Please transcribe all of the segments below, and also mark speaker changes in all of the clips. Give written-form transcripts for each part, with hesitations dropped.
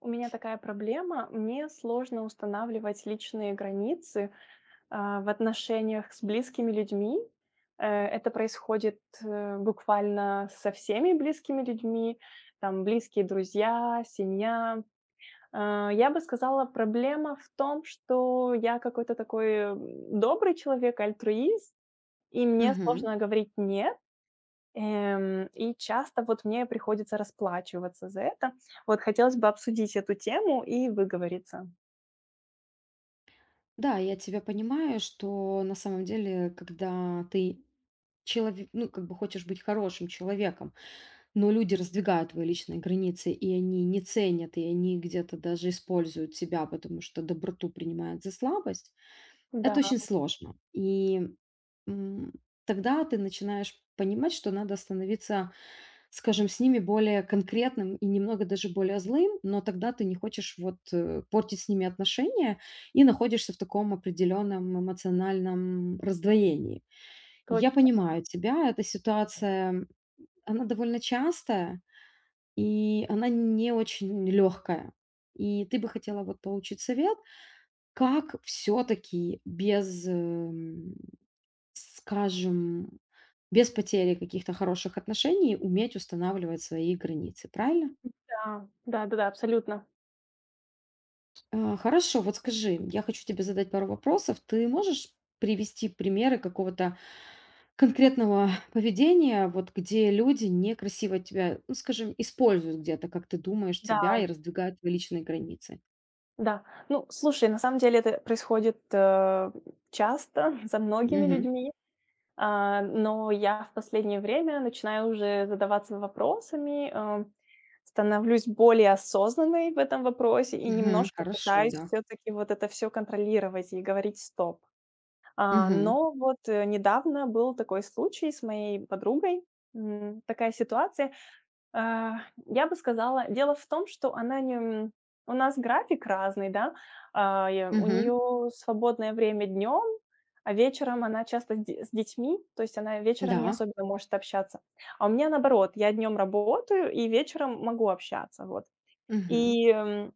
Speaker 1: У меня такая проблема. Мне сложно устанавливать личные границы в отношениях с близкими людьми. Это происходит, буквально со всеми близкими людьми, там близкие друзья, семья. Я бы сказала, проблема в том, что я какой-то такой, добрый человек, альтруист, и мне
Speaker 2: Мгм.
Speaker 1: сложно говорить "нет". И часто вот мне приходится расплачиваться за это. Вот хотелось бы обсудить эту тему и выговориться.
Speaker 2: Да, я тебя понимаю, что на самом деле, когда ты человек, ну, как бы хочешь быть хорошим человеком, но люди раздвигают твои личные границы, и они не ценят, и они где-то даже используют тебя, потому что доброту принимают за слабость,
Speaker 1: Да,
Speaker 2: это очень сложно. М, Тогда ты начинаешь понимать, что надо становиться. Скажем, с ними более конкретным и немного даже более злым, но тогда ты не хочешь портить с ними отношения и находишься в таком определенном эмоциональном раздвоении. Я
Speaker 1: точно.
Speaker 2: понимаю тебя, эта ситуация, она довольно частая, и она не очень легкая. И ты бы хотела вот получить совет, как все-таки без, скажем, без потери каких-то хороших отношений уметь устанавливать свои границы, правильно?
Speaker 1: Да, да-да-да, абсолютно.
Speaker 2: А, хорошо, вот скажи, я хочу тебе задать пару вопросов. Ты можешь привести примеры какого-то конкретного поведения, вот где люди некрасиво тебя, ну, скажем, используют где-то, как ты думаешь, тебя
Speaker 1: Да.
Speaker 2: и раздвигают твои личные границы?
Speaker 1: Да. Ну, слушай, на самом деле это происходит, часто за многими
Speaker 2: Мгм.
Speaker 1: людьми, но я в последнее время начинаю уже задаваться вопросами, становлюсь более осознанной в этом вопросе и
Speaker 2: Мгм.
Speaker 1: немножко
Speaker 2: Хорошо,
Speaker 1: пытаюсь
Speaker 2: да.
Speaker 1: все таки вот это все контролировать и говорить "стоп".
Speaker 2: Мгм.
Speaker 1: Но вот, недавно был такой случай с моей подругой, такая ситуация. А, я бы сказала, дело в том, что она не м, у нас график разный, да. Я у
Speaker 2: Мгм.
Speaker 1: нее свободное время днем, а вечером она часто с детьми, то есть она вечером не
Speaker 2: Да.
Speaker 1: особенно может общаться. А у меня наоборот, я днем работаю и вечером могу общаться, вот.
Speaker 2: Мгм.
Speaker 1: И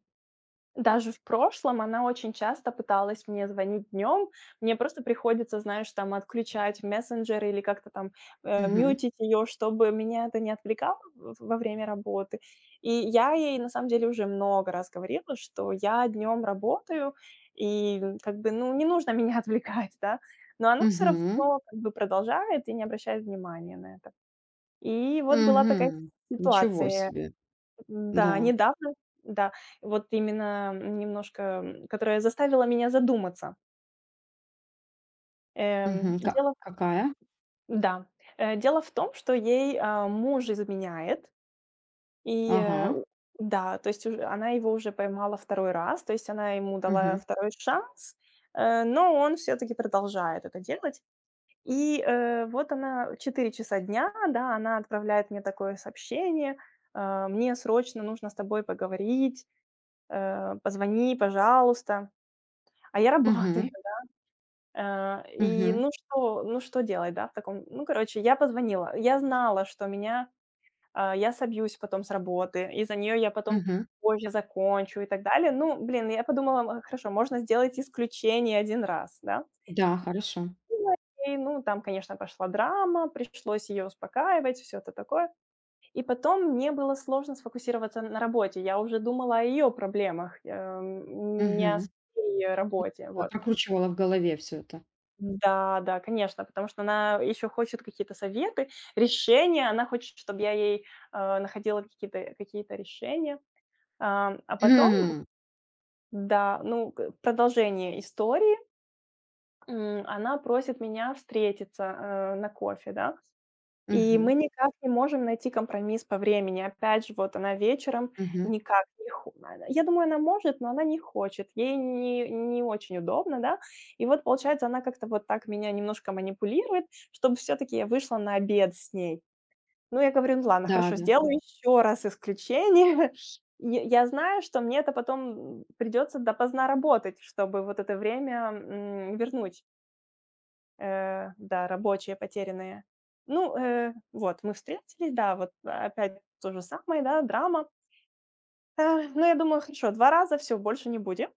Speaker 1: даже в прошлом она очень часто пыталась мне звонить днем. Мне просто приходится, знаешь, там отключать мессенджеры или как-то там,
Speaker 2: Мгм.
Speaker 1: мьютить её, чтобы меня это не отвлекало в во время работы. И я ей на самом деле уже много раз говорила, что я днем работаю и, как бы, ну, не нужно меня отвлекать, да. Но она все
Speaker 2: Мгм.
Speaker 1: равно как бы продолжает и не обращает внимания на это. И вот была такая
Speaker 2: Мгм. Ничего
Speaker 1: ситуация.
Speaker 2: себе.
Speaker 1: Да,
Speaker 2: Да.
Speaker 1: недавно, да, вот именно, немножко, которая заставила меня задуматься.
Speaker 2: Мгм.
Speaker 1: Дело
Speaker 2: Какая?
Speaker 1: да, дело в том, что ей, муж изменяет, и, э,
Speaker 2: Ага.
Speaker 1: у да, то есть уже она его уже поймала второй раз, то есть она ему дала
Speaker 2: Мгм.
Speaker 1: второй шанс, но он все таки продолжает это делать. И, вот она, 4 часа дня, да, она отправляет мне такое сообщение: Мне срочно нужно с тобой поговорить". "Позвони, пожалуйста". А я работаю.
Speaker 2: Мгм.
Speaker 1: И
Speaker 2: Мгм.
Speaker 1: ну что делать, да, в таком ну, короче, я позвонила. Я знала, что я собьюсь потом с работы, и за нее я потом
Speaker 2: Мгм.
Speaker 1: позже закончу и так далее. Ну, блин, я подумала: Хорошо, можно сделать исключение один раз", да.
Speaker 2: Да, хорошо.
Speaker 1: Ну, и, ну, там, конечно, пошла драма, пришлось ее успокаивать, все это такое. И потом мне было сложно сфокусироваться на работе. Я уже думала о ее проблемах, не о
Speaker 2: Мгм.
Speaker 1: своей работе,
Speaker 2: Да,
Speaker 1: вот.
Speaker 2: прокручивала в голове все это.
Speaker 1: Да, да, конечно, потому что она еще хочет какие-то советы, решения. Она хочет, чтобы я ей, находила какие-то какие решения. А потом,
Speaker 2: М.
Speaker 1: да, ну, к в продолжении истории, она просит меня встретиться, на кофе, да. И
Speaker 2: Мгм.
Speaker 1: мы никак не можем найти компромисс по времени. Опять же, вот она вечером
Speaker 2: Мгм.
Speaker 1: никак не хо а, я думаю, она может, но она не хочет. Ей не очень удобно, да. И вот, получается, она как-то вот так меня немножко манипулирует, чтобы все таки я вышла на обед с ней. Ну, я говорю: "Ну ладно,
Speaker 2: Да,
Speaker 1: хорошо,
Speaker 2: да.
Speaker 1: сделаю еще раз исключение". Я знаю, что мне это потом придется допоздна работать, чтобы вот это время, вернуть. Да, рабочие потерянные. Ну, вот мы встретились, да, вот опять то же самое, да, драма. Ну, я думаю, хорошо, 2 раза, все больше не будем.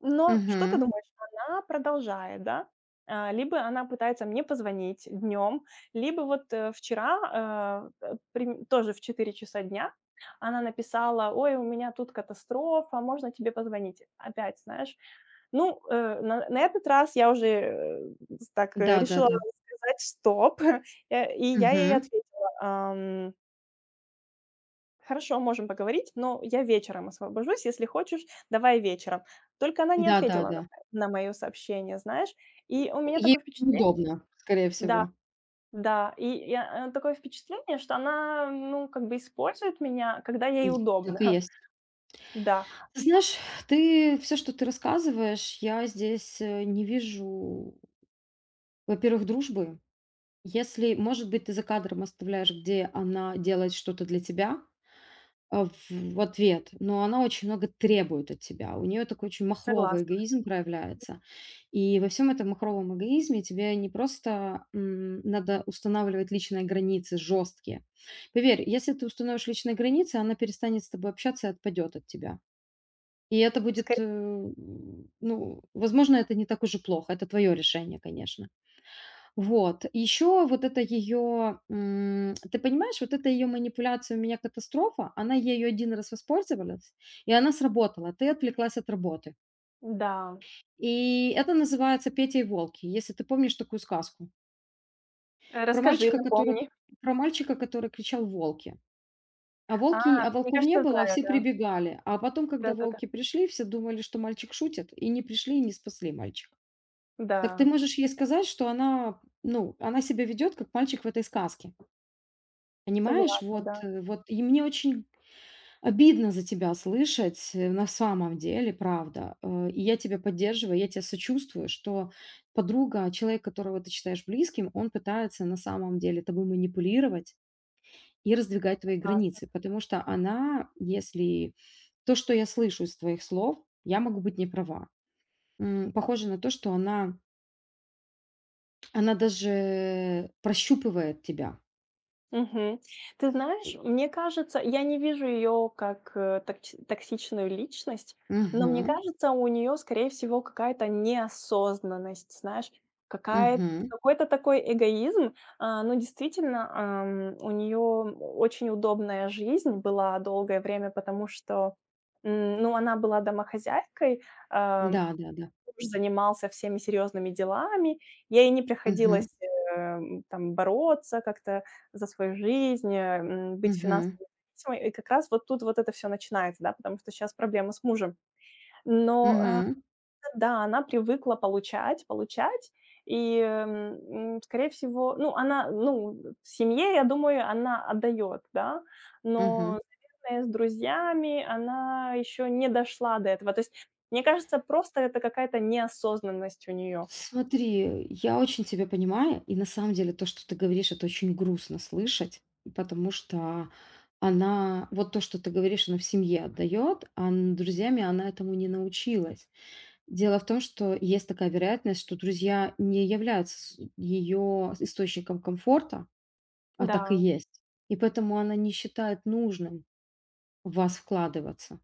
Speaker 1: Но что ты
Speaker 2: Мгм.
Speaker 1: думаешь, она продолжает, да? Либо она пытается мне позвонить днем, либо вот, вчера, э, э, прим тоже в 4 часа дня она написала: "Ой, у меня тут катастрофа, можно тебе позвонить?" Опять, знаешь. Ну, на этот раз я уже, так, решила
Speaker 2: Да-да-да.
Speaker 1: сказать: "Стоп". И я ей
Speaker 2: Мгм.
Speaker 1: ответила: "Хорошо, можем поговорить, но я вечером освобожусь, если хочешь, давай вечером". Только она не ответила
Speaker 2: Да-да-да.
Speaker 1: на на моё сообщение, знаешь. И у меня
Speaker 2: Ей
Speaker 1: такое впечатление.
Speaker 2: неудобно, скорее
Speaker 1: Да,
Speaker 2: всего.
Speaker 1: да, и я, такое впечатление, что она, ну, как бы использует меня, когда ей
Speaker 2: М,
Speaker 1: удобно.
Speaker 2: так и есть.
Speaker 1: Да,
Speaker 2: Ты знаешь, ты все, что ты рассказываешь, я здесь, не вижу, во-первых, дружбы. Если, может быть, ты за кадром оставляешь, где она делает что-то для тебя. А, в ответ, но она очень много требует от тебя. У нее такой очень махровый
Speaker 1: согласна.
Speaker 2: эгоизм проявляется. И во всем этом махровом эгоизме тебе не просто, надо устанавливать личные границы жесткие. Поверь, если ты установишь личные границы, она перестанет с тобой общаться и отпадет от тебя. И это будет,
Speaker 1: Скорее.
Speaker 2: э, ну, возможно, это не так уж и плохо. Это твое решение, конечно. Вот. Еще вот это ее, ты понимаешь, вот эта ее манипуляция «у меня катастрофа», она ею один раз воспользовалась, и она сработала. Ты отвлеклась от работы.
Speaker 1: Да.
Speaker 2: И это называется «Петя и волки», если ты помнишь такую сказку. Про
Speaker 1: Расскажи,
Speaker 2: мальчика, который
Speaker 1: напомни.
Speaker 2: Про мальчика, который кричал: «Волки!»
Speaker 1: А,
Speaker 2: А
Speaker 1: Мне
Speaker 2: волков не
Speaker 1: кажется,
Speaker 2: было, а
Speaker 1: знаю,
Speaker 2: все
Speaker 1: да.
Speaker 2: прибегали. А потом, когда
Speaker 1: Да-да-да. Да, да.
Speaker 2: волки пришли, все думали, что мальчик шутит, и не пришли, и не спасли мальчика.
Speaker 1: Да,
Speaker 2: Так ты можешь ей сказать, что она, ну, она себя ведет, как мальчик в этой сказке. Понимаешь,
Speaker 1: согласна, да,
Speaker 2: и мне очень обидно за тебя слышать, на самом деле, правда. И я тебя поддерживаю, я тебя сочувствую, что подруга, человек, которого ты считаешь близким, он пытается на самом деле тобой манипулировать и раздвигать твои
Speaker 1: классно.
Speaker 2: границы. Потому что она, если то, что я слышу из твоих слов, я могу быть не права. Похоже на то, что она даже прощупывает тебя.
Speaker 1: Мгм. Ты знаешь, мне кажется, я не вижу ее как, э, токч токсичную личность, но мне
Speaker 2: Мгм.
Speaker 1: кажется, у нее, скорее всего, какая-то неосознанность, знаешь, какая
Speaker 2: Мгм.
Speaker 1: какой-то такой эгоизм. Ну, действительно, у нее очень удобная жизнь была долгое время, потому что, ну, она была домохозяйкой, а
Speaker 2: Да-да-да.
Speaker 1: муж занимался всеми серьезными делами, ей не
Speaker 2: Мгм.
Speaker 1: приходилось, там бороться как-то за свою жизнь, быть
Speaker 2: Мгм.
Speaker 1: финансово независимой. И как раз вот тут вот это все начинается, да, потому что сейчас проблема с мужем. Но,
Speaker 2: Мгм.
Speaker 1: да, она привыкла получать, получать. И, скорее всего, ну, она, ну, в семье, я думаю, она отдает, да,
Speaker 2: Мгм.
Speaker 1: но, наверное, с друзьями она еще не дошла до этого. То есть, мне кажется, просто это какая-то неосознанность у нее.
Speaker 2: Смотри, я очень тебя понимаю, и на самом деле то, что ты говоришь, это очень грустно слышать, потому что она, вот то, что ты говоришь, она в семье отдает, а друзьями она этому не научилась. Дело в том, что есть такая вероятность, что друзья не являются ее источником комфорта, а
Speaker 1: Да,
Speaker 2: так и есть. И поэтому она не считает нужным в вас вкладываться.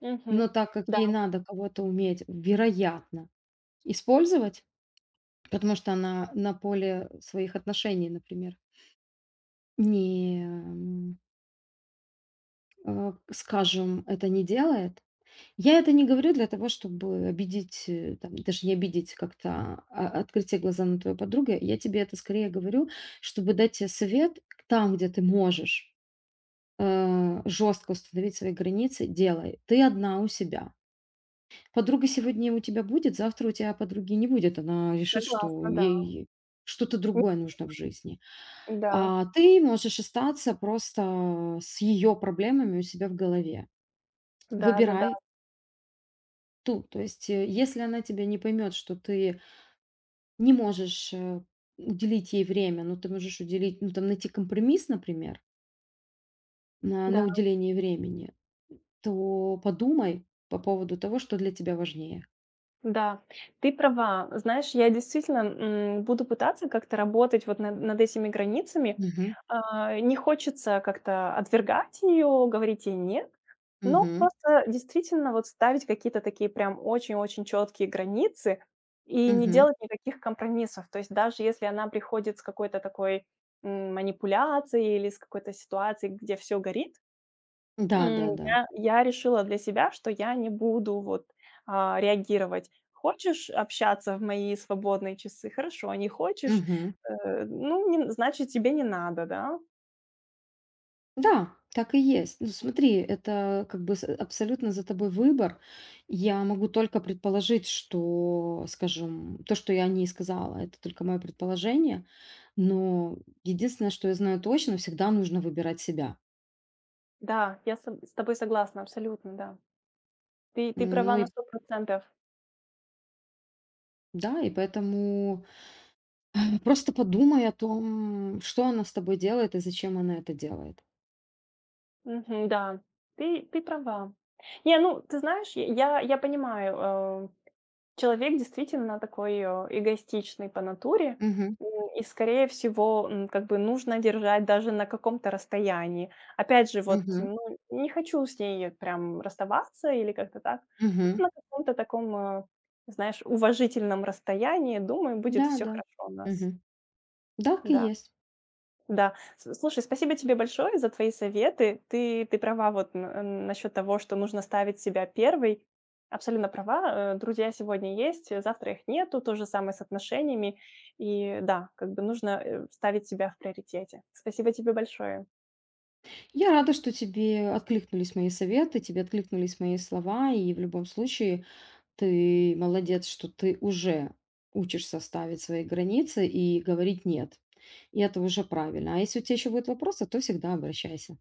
Speaker 1: мгм.
Speaker 2: Но так как
Speaker 1: Да,
Speaker 2: ей надо кого-то уметь, вероятно, использовать, потому что она на поле своих отношений, например, не, м, э, скажем, это не делает. Я это не говорю для того, чтобы обидеть, там, даже не обидеть как-то, а открыть те глаза на твою подругу. Я тебе это скорее говорю, чтобы дать тебе совет там, где ты можешь, жестко установить свои границы, делай. Ты одна у себя. Подруга сегодня у тебя будет, завтра у тебя подруги не будет. Она решит, что
Speaker 1: согласна, да.
Speaker 2: ей что-то
Speaker 1: М,
Speaker 2: другое нужно в жизни.
Speaker 1: да,
Speaker 2: А, ты можешь остаться просто с ее проблемами у себя в голове.
Speaker 1: да-да-да. Да.
Speaker 2: Выбирай
Speaker 1: Да.
Speaker 2: ту. То есть, если она тебя не поймет, что ты не можешь уделить ей время, но ты можешь уделить, ну там найти компромисс, например, на
Speaker 1: Да.
Speaker 2: уделение времени, то подумай по поводу того, что для тебя важнее.
Speaker 1: Да, ты права. Знаешь, я действительно, буду пытаться как-то работать вот над этими границами.
Speaker 2: Мгм.
Speaker 1: Не хочется как-то отвергать ее, говорить ей "нет", но
Speaker 2: Мгм.
Speaker 1: просто действительно вот ставить какие-то такие прям очень-очень четкие границы и не
Speaker 2: Мгм.
Speaker 1: делать никаких компромиссов. То есть даже если она приходит с какой-то такой, манипуляцией или с какой-то ситуацией, где все горит,
Speaker 2: Да, да, да.
Speaker 1: Я решила для себя, что я не буду вот, реагировать. Хочешь общаться в мои свободные часы — хорошо, не хочешь,
Speaker 2: Мгм.
Speaker 1: ну, не значит, тебе не надо, да?
Speaker 2: Да, так и есть. Ну, смотри, это как бы абсолютно за тобой выбор. Я могу только предположить, что, скажем, то, что я о ней сказала, это только мое предположение. Но единственное, что я знаю точно, всегда нужно выбирать себя.
Speaker 1: Да, я с тобой согласна, абсолютно, да. Ты
Speaker 2: Ну
Speaker 1: права на
Speaker 2: и
Speaker 1: 100.
Speaker 2: да, и поэтому просто подумай о том, что она с тобой делает и зачем она это делает.
Speaker 1: Мгм, да, ты права. Не, ну, ты знаешь, я понимаю, э Человек действительно такой, эгоистичный по натуре,
Speaker 2: Мгм.
Speaker 1: м, и, скорее всего, как бы нужно держать даже на каком-то расстоянии. Опять же, вот,
Speaker 2: Мгм.
Speaker 1: ну, не хочу с ней прям расставаться или как-то так. Ну,
Speaker 2: Мгм.
Speaker 1: на каком-то таком, знаешь, уважительном расстоянии, думаю, будет
Speaker 2: Да,
Speaker 1: все
Speaker 2: да.
Speaker 1: хорошо у нас.
Speaker 2: Мгм. Так и
Speaker 1: Да.
Speaker 2: есть.
Speaker 1: Да. С слушай, спасибо тебе большое за твои советы. Ты права вот насчет того, что нужно ставить себя первой. Абсолютно права. Друзья сегодня есть, завтра их нету. То же самое с отношениями. И да, как бы нужно, ставить себя в приоритете. Спасибо тебе большое.
Speaker 2: Я рада, что тебе откликнулись мои советы, тебе откликнулись мои слова, и в любом случае ты молодец, что ты уже учишься ставить свои границы и говорить «нет». И это уже правильно. А если у тебя еще будут вопросы, то всегда обращайся.